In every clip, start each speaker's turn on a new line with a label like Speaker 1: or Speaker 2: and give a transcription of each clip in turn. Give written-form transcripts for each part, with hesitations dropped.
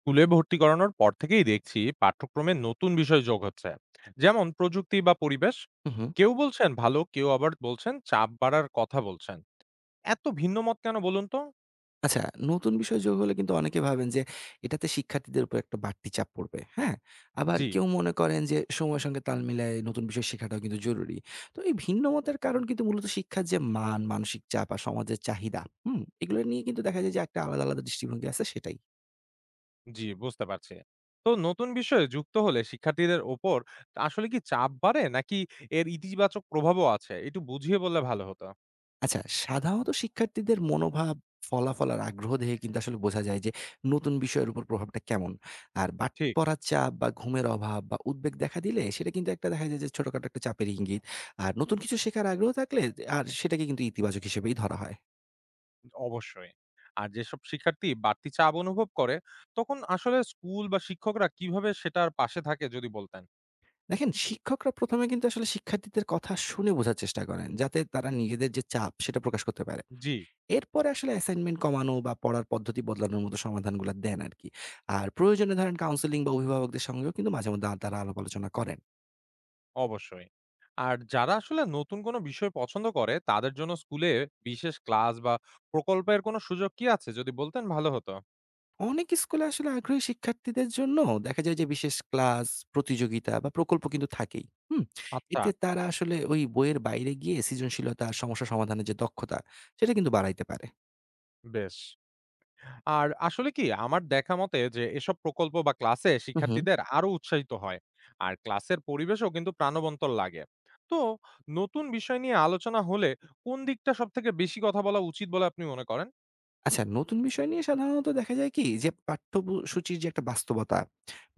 Speaker 1: স্কুলে ভর্তি করানোর পর থেকেই দেখছি পাঠ্যক্রমে নতুন বিষয় যোগ হচ্ছে, যেমন প্রযুক্তি বা পরিবেশ।
Speaker 2: হুম, হুম।
Speaker 1: কেউ বলছেন ভালো, কেউ আবার বলছেন চাপ বাড়ার কথা বলছেন। এত ভিন্ন মত কেন বলুন তো?
Speaker 2: আচ্ছা নতুন বিষয় যোগ হলে কিন্তু অনেকে ভাবেন যে এটাতে শিক্ষার্থীদের উপর একটা বাড়তি চাপ পড়বে। হ্যাঁ? আবার
Speaker 1: জি।
Speaker 2: কেউ মনে করেন যে সময়ের সঙ্গে তাল মিলায়ে নতুন বিষয় শেখাটাও কিন্তু জরুরি। তো এই ভিন্ন মতের কারণ কিন্তু মূলত শিক্ষার যে মান, মানসিক চাপ আর সমাজের চাহিদা, হুম? এগুলো নিয়ে কিন্তু দেখা যায় যে একটা আলাদা, আলাদা দৃষ্টিভঙ্গি আছে সেটাই।
Speaker 1: জি, বুঝতে পারছি। তো নতুন বিষয়ে যুক্ত হলে শিক্ষার্থীদের ওপর আসলে কি চাপ বাড়ে, নাকি এর ইতিবাচক প্রভাবও আছে একটু বুঝিয়ে বললে ভালো হতো।
Speaker 2: আচ্ছা, সাধারণত শিক্ষার্থীদের মনোভাব, ফলাফল আর আগ্রহ দেখে কিন্তু আসলে বোঝা যায় যে নতুন বিষয়ের উপর প্রভাবটা কেমন। আর বাড়তি
Speaker 1: ঠিক।
Speaker 2: পড়ার চাপ বা ঘুমের অভাব বা উদ্বেগ দেখা দিলে সেটা কিন্তু একটা দেখা যায় যে ছোটখাটো একটা চাপের ইঙ্গিত। আর নতুন কিছু শেখার আগ্রহ থাকলে আর সেটাকে কিন্তু ইতিবাচক হিসেবেই ধরা হয়।
Speaker 1: অবশ্যই। আর যেসব শিক্ষার্থী বাড়তি চাপ অনুভব করে, তখন আসলে স্কুল বা শিক্ষকরা কিভাবে সেটার পাশে থাকে যদি বলতেন।
Speaker 2: দেখেন শিক্ষকরা ১ম এ কিন্তু আসলে শিক্ষার্থীদের কথা শুনে বোঝার চেষ্টা করেন, যাতে তারা নিজেদের যে চাপ সেটা প্রকাশ করতে পারে।
Speaker 1: জি।
Speaker 2: এরপরে আসলে অ্যাসাইনমেন্ট কমানো বা পড়ার পদ্ধতি বদলানোর মতো সমাধানগুলো দেন আরকি। আর প্রয়োজনে ধরেন কাউন্সেলিং বা অভিভাবকদের সঙ্গেও কিন্তু মাঝে মধ্যে তারা আলাপ আলোচনা করেন।
Speaker 1: অবশ্যই। আর যারা আসলে নতুন কোনো বিষয় পছন্দ করে, তাদের জন্য স্কুলে বিশেষ ক্লাস বা প্রকল্পের কোনো সুযোগ কি আছে? যদি বলতেন ভালো হতো।
Speaker 2: অনেক স্কুলে আসলে আগ্রহী শিক্ষার্থীদের জন্য দেখা যায় যে বিশেষ ক্লাস, প্রতিযোগিতা বা প্রকল্প কিন্তু থাকেই। হুম?
Speaker 1: আচ্ছা।
Speaker 2: এতে তারা আসলে ওই বইয়ের বাইরে গিয়ে সৃজনশীলতা আর সমস্যা সমাধানের যে দক্ষতা সেটা কিন্তু বাড়াইতে পারে।
Speaker 1: বেশ। আর আসলে কি আমার দেখা মতে যে এসব প্রকল্প বা ক্লাসে
Speaker 2: হু, হু।
Speaker 1: শিক্ষার্থীদের আরো উৎসাহিত হয়। আর ক্লাসের পরিবেশও কিন্তু প্রাণবন্ত লাগে। তো নতুন বিষয় নিয়ে আলোচনা হলে কোন দিকটা সবথেকে বেশি কথা বলা উচিত বলে আপনি মনে করেন?
Speaker 2: আচ্ছা নতুন বিষয় নিয়ে সাধারণত দেখা যায় কি যে পাঠ্যসূচির যে একটা বাস্তবতা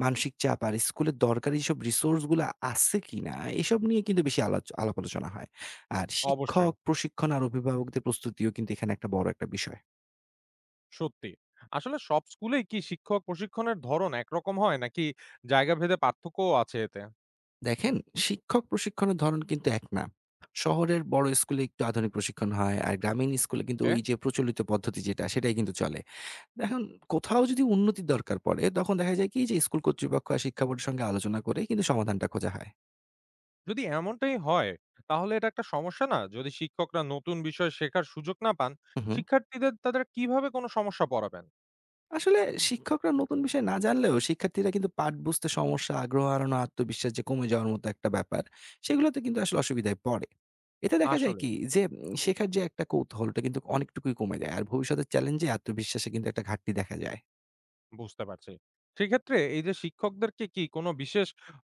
Speaker 2: মানসিক চাপ আর স্কুলের দরকারি সব রিসোর্স গুলো আছে কিনা এসব নিয়ে কিন্তু বেশি আলাপ আলোচনা হয় আর
Speaker 1: অবশ্যই।
Speaker 2: শিক্ষক প্রশিক্ষণ আর অভিভাবকদের প্রস্তুতিও কিন্তু এখানে একটা বড় একটা বিষয়।
Speaker 1: সত্যি। আসলে সব স্কুলেই কি শিক্ষক প্রশিক্ষণের ধরন একরকম হয়, নাকি জায়গাভেদে পার্থক্যও আছে এতে?
Speaker 2: দেখেন শিক্ষক প্রশিক্ষণের ধরন কিন্তু এক না, শহরের বড় স্কুলে একটু আধুনিক প্রশিক্ষণ হয় আর গ্রামীণ স্কুলে কিন্তু
Speaker 1: এ।
Speaker 2: ওই যে প্রচলিত পদ্ধতি যেটা সেটাই কিন্তু চলে। দেখুন কোথাও যদি উন্নতির দরকার পড়ে তখন দেখা যায় কি যে স্কুল কর্তৃপক্ষ আর শিক্ষা বোর্ডের সঙ্গে আলোচনা করে কিন্তু সমাধানটা খোঁজা হয়।
Speaker 1: যদি এমনটাই হয় তাহলে এটা একটা সমস্যা না? যদি শিক্ষকরা নতুন বিষয় শেখার সুযোগ না পান,
Speaker 2: হু, হু।
Speaker 1: শিক্ষার্থীদের তাদের কিভাবে কোনো সমস্যা পড়াবেন?
Speaker 2: আসলে শিক্ষকরা নতুন বিষয় না জানলেও শিক্ষার্থীরা কিন্তু পাঠ বুঝতে সমস্যা, আগ্রহ হারানো, আত্মবিশ্বাস যে কমে যাওয়ার মতো একটা ব্যাপার, সেগুলোতে কিন্তু আসলে অসুবিধায় পড়ে। এতে দেখা যায়
Speaker 1: আসলে,
Speaker 2: কি যে শেখার যে একটা কৌতূহলটা কিন্তু অনেকটুকুই কমে যায়। আর ভবিষ্যতের চ্যালেঞ্জে আত্মবিশ্বাসে কিন্তু একটা ঘাটতি দেখা যায়।
Speaker 1: বুঝতে পারছি। সেক্ষেত্রে এই যে শিক্ষকদেরকে কি কোনো বিশেষ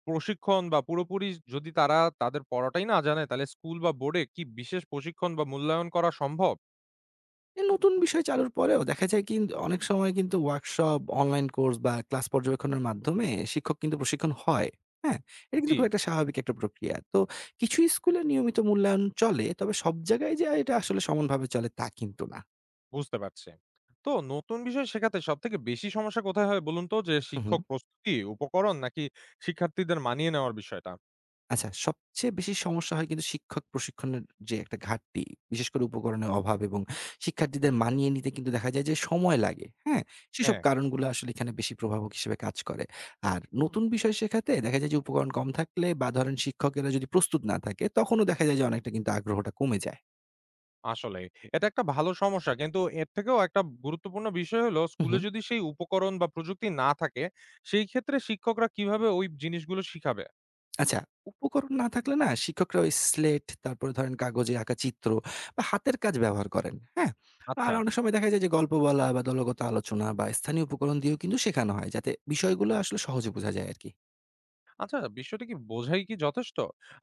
Speaker 1: প্রশিক্ষণ বা পুরোপুরি, যদি তারা তাদের পড়াটাই না জানে তাহলে স্কুল বা বোর্ডে কি বিশেষ প্রশিক্ষণ বা মূল্যায়ন করা সম্ভব?
Speaker 2: নতুন বিষয় চালুর পরেও দেখা যায় কি অনেক সময় কিন্তু ওয়ার্কশপ, অনলাইন কোর্স বা ক্লাস পর্যবেক্ষণের মাধ্যমে শিক্ষক কিন্তু প্রশিক্ষণ হয়। হ্যাঁ? এটা
Speaker 1: জি।
Speaker 2: কিন্তু খুব একটা স্বাভাবিক একটা প্রক্রিয়া। তো কিছু স্কুলে নিয়মিত মূল্যায়ন চলে। তবে সব জায়গায় যে এটা আসলে সমানভাবে চলে তা কিন্তু না।
Speaker 1: বুঝতে পারছি। তো নতুন বিষয় শেখাতে সবথেকে বেশি সমস্যা কোথায় হয় বলুন তো? যে
Speaker 2: হু, হু।
Speaker 1: শিক্ষক প্রস্তুতি, উপকরণ নাকি শিক্ষার্থীদের মানিয়ে নেওয়ার বিষয়টা?
Speaker 2: আচ্ছা, সবচেয়ে বেশি সমস্যা হয় কিন্তু শিক্ষক প্রশিক্ষণের যে একটা ঘাটতি, বিশেষ করে উপকরণের অভাব এবং শিক্ষার্থীদের মানিয়ে নিতে কিন্তু দেখা যায় যে সময় লাগে। হ্যাঁ? সেসব
Speaker 1: হ্যাঁ।
Speaker 2: কারণগুলো আসলে এখানে বেশি প্রভাবক হিসেবে কাজ করে। আর নতুন বিষয় শেখাতে দেখা যায় যে উপকরণ কম থাকলে বা ধরেন শিক্ষকেরা যদি প্রস্তুত না থাকে, তখনও দেখা যায় যে অনেকটা কিন্তু আগ্রহটা কমে যায়।
Speaker 1: আসলেই। এটা একটা ভালো সমস্যা। কিন্তু এর থেকেও একটা গুরুত্বপূর্ণ বিষয় হলো
Speaker 2: হু, হু।
Speaker 1: স্কুলে যদি সেই উপকরণ বা প্রযুক্তি না থাকে, সেই ক্ষেত্রে শিক্ষকরা কিভাবে ওই জিনিসগুলো শিখাবে?
Speaker 2: আচ্ছা, উপকরণ না থাকলে না শিক্ষকরা ওই স্লেট, তারপরে ধরেন কাগজে আঁকা চিত্র বা হাতের কাজ ব্যবহার করেন। হ্যাঁ?
Speaker 1: আচ্ছা।
Speaker 2: আর অনেক সময় দেখা যায় যে গল্প বলা বা দলগত আলোচনা বা স্থানীয় উপকরণ দিয়েও কিন্তু শেখানো হয়। যাতে বিষয়গুলো আসলে সহজে বোঝা যায় আরকি।
Speaker 1: আচ্ছা, বিষয়টা কি বোঝাই কি যথেষ্ট?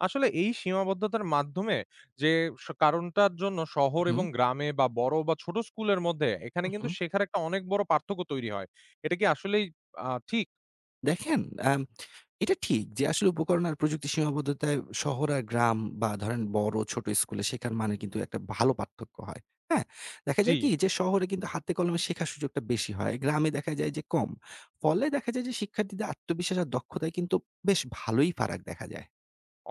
Speaker 1: আসলে এই সীমাবদ্ধতার মাধ্যমে যে কারণটার জন্য শহর
Speaker 2: হুম,
Speaker 1: এবং গ্রামে বা বড় বা ছোট স্কুলের মধ্যে এখানে
Speaker 2: হু, হু।
Speaker 1: কিন্তু শেখার একটা অনেক বড় পার্থক্য তৈরি হয়। এটা কি আসলেই ঠিক?
Speaker 2: দেখেন, আম এটা ঠিক যে আসলে উপকরণ আর প্রযুক্তির সীমাবদ্ধতায় শহর আর গ্রাম বা ধরেন বড় ছোট স্কুলে শেখার মানে কিন্তু একটা ভালো পার্থক্য হয়। হ্যাঁ? দেখা
Speaker 1: জি,
Speaker 2: যায় কি যে শহরে কিন্তু হাতে কলমে শেখার সুযোগটা বেশি হয়। গ্রামে দেখা যায় যে কম। ফলে দেখা যায় যে শিক্ষার্থীদের আত্মবিশ্বাস আর দক্ষতায় কিন্তু বেশ ভালোই ফারাক দেখা যায়।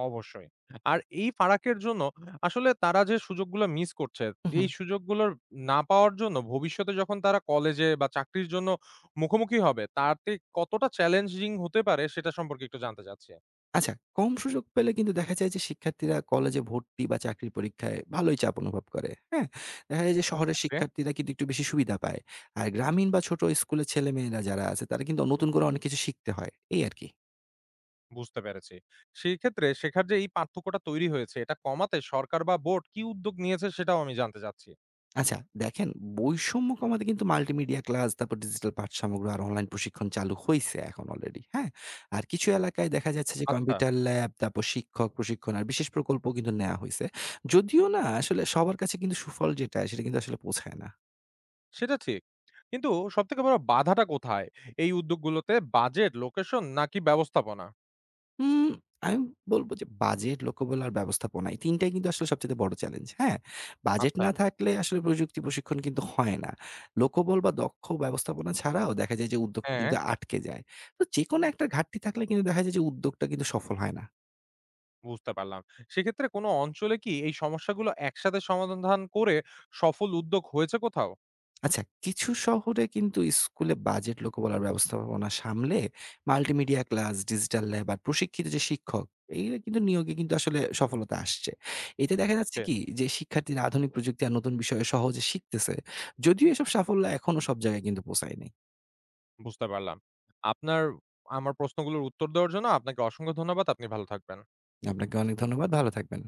Speaker 1: অবশ্যই। আর এই ফারাকের জন্য আসলে তারা যে সুযোগগুলো মিস করছে,
Speaker 2: হুম
Speaker 1: এই
Speaker 2: হুম।
Speaker 1: সুযোগগুলোর না পাওয়ার জন্য ভবিষ্যতে যখন তারা কলেজে বা চাকরির জন্য মুখোমুখি হবে, তাতে কতটা চ্যালেঞ্জিং হতে পারে সেটা সম্পর্কে একটু জানতে চাচ্ছি।
Speaker 2: আচ্ছা, কম সুযোগ পেলে কিন্তু দেখা যায় যে শিক্ষার্থীরা কলেজে ভর্তি বা চাকরির পরীক্ষায় ভালোই চাপ অনুভব করে। হ্যাঁ? দেখা যায় যে শহরের শিক্ষার্থীরা কিন্তু একটু বেশি সুবিধা পায়। আর গ্রামীণ বা ছোট স্কুলের ছেলেমেয়েরা যারা আছে তারা কিন্তু নতুন করে অনেক কিছু শিখতে হয়। এই আরকি।
Speaker 1: বুঝতে পেরেছি। সেই ক্ষেত্রে শেখার যে এই পার্থক্যটা তৈরি হয়েছে, এটা কমাতে সরকার বা বোর্ড কি উদ্যোগ নিয়েছে সেটাও আমি জানতে চাচ্ছি।
Speaker 2: আচ্ছা দেখেন, বৈষম্য কমাতে কিন্তু মাল্টিমিডিয়া ক্লাস তারপর ডিজিটাল পাঠসামগ্রী আর অনলাইন প্রশিক্ষণ চালু হইছে এখন অলরেডি। হ্যাঁ? আর কিছু এলাকায় দেখা যাচ্ছে যে
Speaker 1: আচ্ছা।
Speaker 2: কম্পিউটার ল্যাব তারপর শিক্ষক প্রশিক্ষণ আর বিশেষ প্রকল্প কিন্তু নেয়া হইছে। যদিও না আসলে সবার কাছে কিন্তু সুফল যেটা সেটা কিন্তু আসলে পৌঁছায় না।
Speaker 1: সেটা ঠিক। কিন্তু সবথেকে বড় বাধাটা কোথায়? এই উদ্যোগগুলোতে বাজেট, লোকেশন নাকি ব্যবস্থাপনা?
Speaker 2: হুম, আমি বলব যে বাজেট, লক্ষ্যবল আর ব্যবস্থাপনা এই ৩ টাই কিন্তু আসলে সবচাইতে বড় চ্যালেঞ্জ। হ্যাঁ? বাজেট
Speaker 1: আচ্ছা।
Speaker 2: না থাকলে আসলে প্রযুক্তি প্রশিক্ষণ কিন্তু হয় না। লক্ষ্যবল বা দক্ষ ব্যবস্থাপনা ছাড়াও দেখা যায় যে উদ্যোগটা
Speaker 1: হ্যাঁ।
Speaker 2: কিন্তু আটকে যায়। তো যেকোনো একটা ঘাটতি থাকলে কিন্তু দেখা যায় যে উদ্যোগটা কিন্তু সফল হয় না।
Speaker 1: বুঝতে পারলাম। সেক্ষেত্রে কোনো অঞ্চলে কি এই সমস্যাগুলো একসাথে সমাধান করে সফল উদ্যোগ হয়েছে কোথাও?
Speaker 2: আচ্ছা, কিছু শহরে কিন্তু স্কুলে বাজেট লোকবলার ব্যবস্থাপনা সামলে মাল্টিমিডিয়া ক্লাস, ডিজিটাল ল্যাব আর প্রশিক্ষিত যে শিক্ষক, এরা কিন্তু নিয়োগে কিন্তু আসলে সফলতা আসছে। এতে দেখা যাচ্ছে
Speaker 1: ওকে।
Speaker 2: কি যে শিক্ষার্থীরা আধুনিক প্রযুক্তি আর নতুন বিষয়ে সহজে শিখতেছে। যদিও এসব সাফল্য এখনো সব জায়গায় কিন্তু পৌঁছায়নি।
Speaker 1: বুঝতে পারলাম। আপনার, আমার প্রশ্নগুলোর উত্তর দেওয়ার জন্য আপনাকে অসংখ্য ধন্যবাদ। আপনি ভালো থাকবেন।
Speaker 2: আপনাকে অনেক ধন্যবাদ। ভালো থাকবেন।